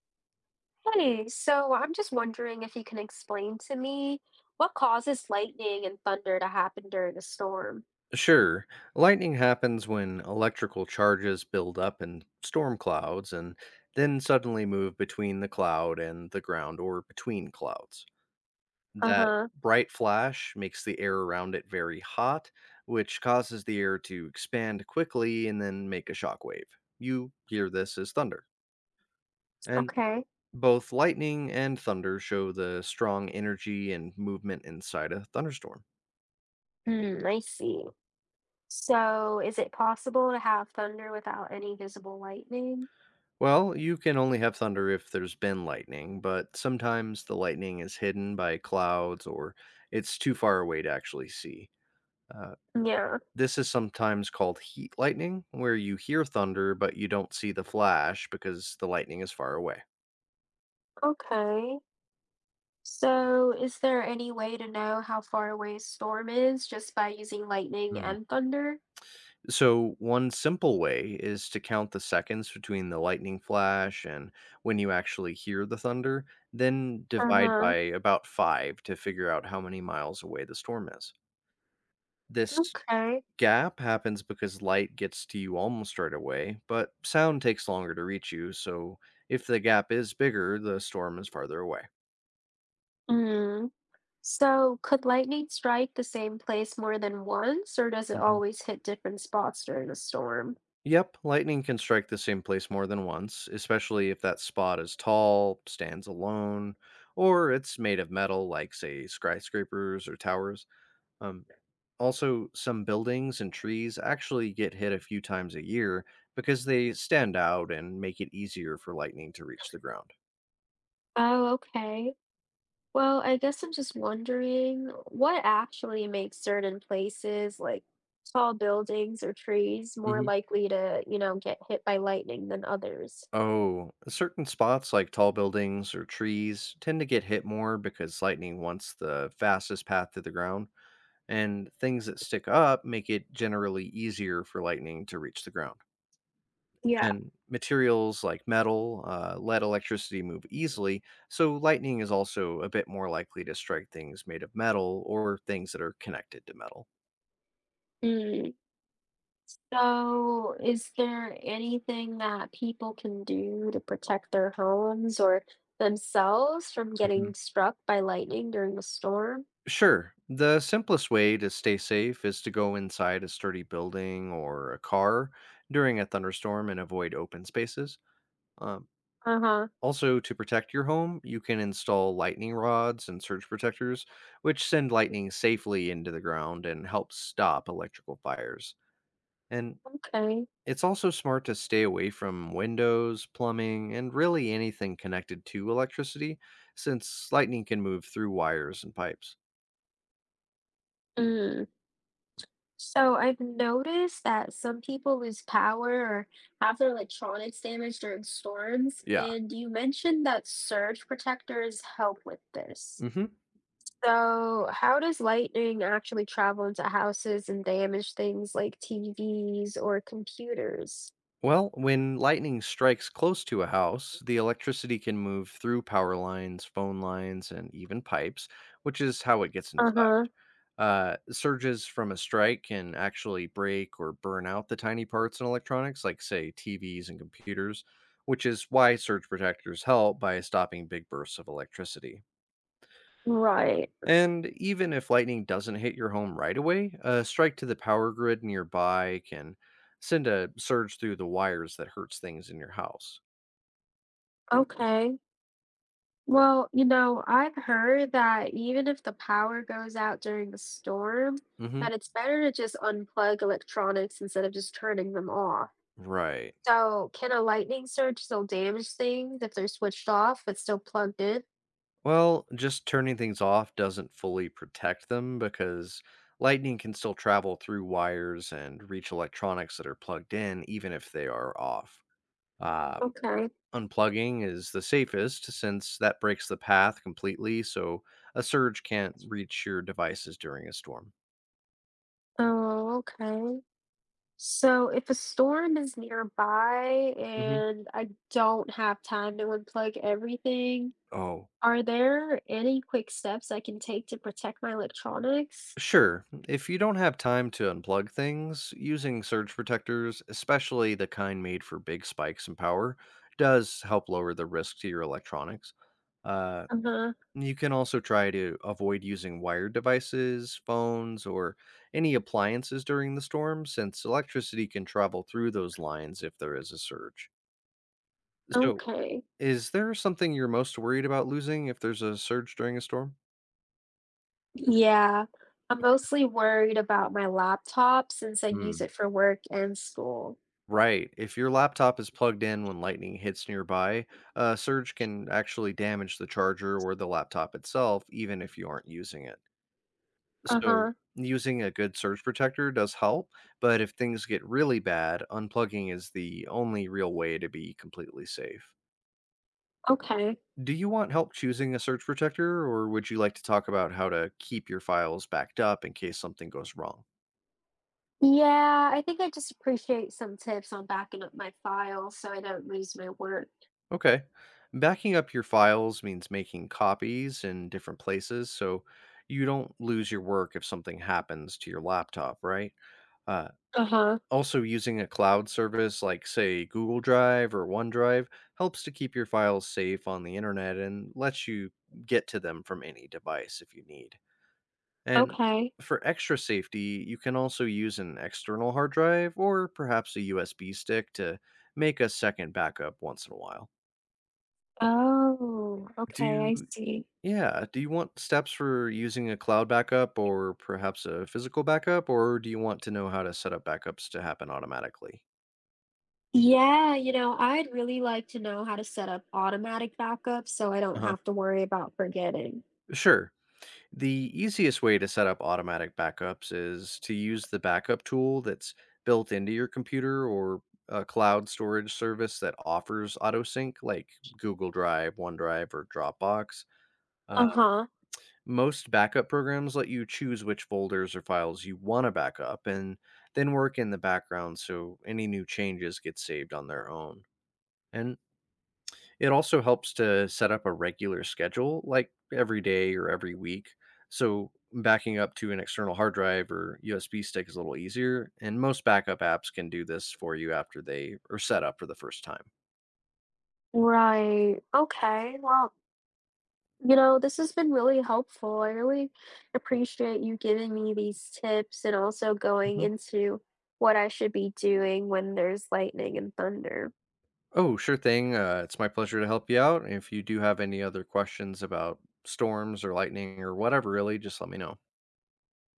Hey, so I'm just wondering if you can explain to me what causes lightning and thunder to happen during a storm? Sure, lightning happens when electrical charges build up in storm clouds and then suddenly move between the cloud and the ground or between clouds. That Uh-huh. bright flash makes the air around it very hot, which causes the air to expand quickly and then make a shockwave. You hear this as thunder. And Okay. both lightning and thunder show the strong energy and movement inside a thunderstorm. Hmm, I see. So is it possible to have thunder without any visible lightning? Well, you can only have thunder if there's been lightning, but sometimes the lightning is hidden by clouds or it's too far away to actually see. Uh, Yeah. this is sometimes called heat lightning, where you hear thunder but you don't see the flash because the lightning is far away. Okay. So is there any way to know how far away a storm is just by using lightning Hmm. and thunder? So, one simple way is to count the seconds between the lightning flash and when you actually hear the thunder, then divide by Uh-huh. about five to figure out how many miles away the storm is. This Okay. gap happens because light gets to you almost right away, but sound takes longer to reach you, so if the gap is bigger, the storm is farther away. Hmm. So, could lightning strike the same place more than once, or does it hmm always hit different spots during a storm? Yep, lightning can strike the same place more than once, especially if that spot is tall, stands alone, or it's made of metal, like, say, skyscrapers or towers. Um, Also, some buildings and trees actually get hit a few times a year because they stand out and make it easier for lightning to reach the ground. Oh, okay. Well, I guess I'm just wondering what actually makes certain places, like tall buildings or trees, more likely to, get hit by lightning than others? Oh, certain spots like tall buildings or trees tend to get hit more because lightning wants the fastest path to the ground, and things that stick up make it generally easier for lightning to reach the ground. Yeah. And materials like metal let electricity move easily, so lightning is also a bit more likely to strike things made of metal or things that are connected to metal. Mm. So, is there anything that people can do to protect their homes or themselves from getting struck by lightning during a storm? Sure. The simplest way to stay safe is to go inside a sturdy building or a car during a thunderstorm and avoid open spaces. Um, Uh-huh. Also, to protect your home, you can install lightning rods and surge protectors, which send lightning safely into the ground and help stop electrical fires. And Okay. it's also smart to stay away from windows, plumbing, and really anything connected to electricity, since lightning can move through wires and pipes. Mm. So I've noticed that some people lose power or have their electronics damaged during storms, Yeah. and you mentioned that surge protectors help with this. hmm So how does lightning actually travel into houses and damage things like TVs or computers? Well, when lightning strikes close to a house, the electricity can move through power lines, phone lines, and even pipes, which is how it gets inside. Uh-huh. Surges from a strike can actually break or burn out the tiny parts in electronics, like, say, TVs and computers, which is why surge protectors help by stopping big bursts of electricity. Right. And even if lightning doesn't hit your home right away, a strike to the power grid nearby can send a surge through the wires that hurts things in your house. Okay. Well, I've heard that even if the power goes out during a storm, hmm that it's better to just unplug electronics instead of just turning them off. Right. So, can a lightning surge still damage things if they're switched off but still plugged in? Well, just turning things off doesn't fully protect them because lightning can still travel through wires and reach electronics that are plugged in, even if they are off. Uh, Okay. Unplugging is the safest since that breaks the path completely, so a surge can't reach your devices during a storm. Oh, okay. So, if a storm is nearby hmm and I don't have time to unplug everything, Oh, are there any quick steps I can take to protect my electronics? sure, if you don't have time to unplug things, using surge protectors, especially the kind made for big spikes in power, does help lower the risk to your electronics. Uh, Uh-huh. you can also try to avoid using wired devices, phones, or any appliances during the storm, since electricity can travel through those lines if there is a surge. So, Okay. is there something you're most worried about losing if there's a surge during a storm? Yeah, I'm Okay. mostly worried about my laptop since I Hmm. use it for work and school. Right. If your laptop is plugged in when lightning hits nearby, a surge can actually damage the charger or the laptop itself, even if you aren't using it. So, Uh-huh. using a good surge protector does help, but if things get really bad, unplugging is the only real way to be completely safe. Okay. Do you want help choosing a surge protector, or would you like to talk about how to keep your files backed up in case something goes wrong? Yeah, I think I just appreciate some tips on backing up my files so I don't lose my work. Okay. Backing up your files means making copies in different places so you don't lose your work if something happens to your laptop, right? Uh, Uh-huh. Also, using a cloud service like, say, Google Drive or OneDrive helps to keep your files safe on the internet and lets you get to them from any device if you need. And Okay. for extra safety, you can also use an external hard drive or perhaps a USB stick to make a second backup once in a while. Oh, okay, I Do see. Yeah. Do you want steps for using a cloud backup or perhaps a physical backup, or do you want to know how to set up backups to happen automatically? Yeah, I'd really like to know how to set up automatic backups so I don't Uh-huh. have to worry about forgetting. Sure. The easiest way to set up automatic backups is to use the backup tool that's built into your computer or a cloud storage service that offers autosync, like Google Drive, OneDrive, or Dropbox. Uh-huh. Most backup programs let you choose which folders or files you want to back up and then work in the background so any new changes get saved on their own. And it also helps to set up a regular schedule, like every day or every week. So backing up to an external hard drive or USB stick is a little easier. And most backup apps can do this for you after they are set up for the first time. Right. Okay. Well, this has been really helpful. I really appreciate you giving me these tips and also going into what I should be doing when there's lightning and thunder. Oh, sure thing. It's my pleasure to help you out. If you do have any other questions about storms or lightning or whatever, really, just let me know.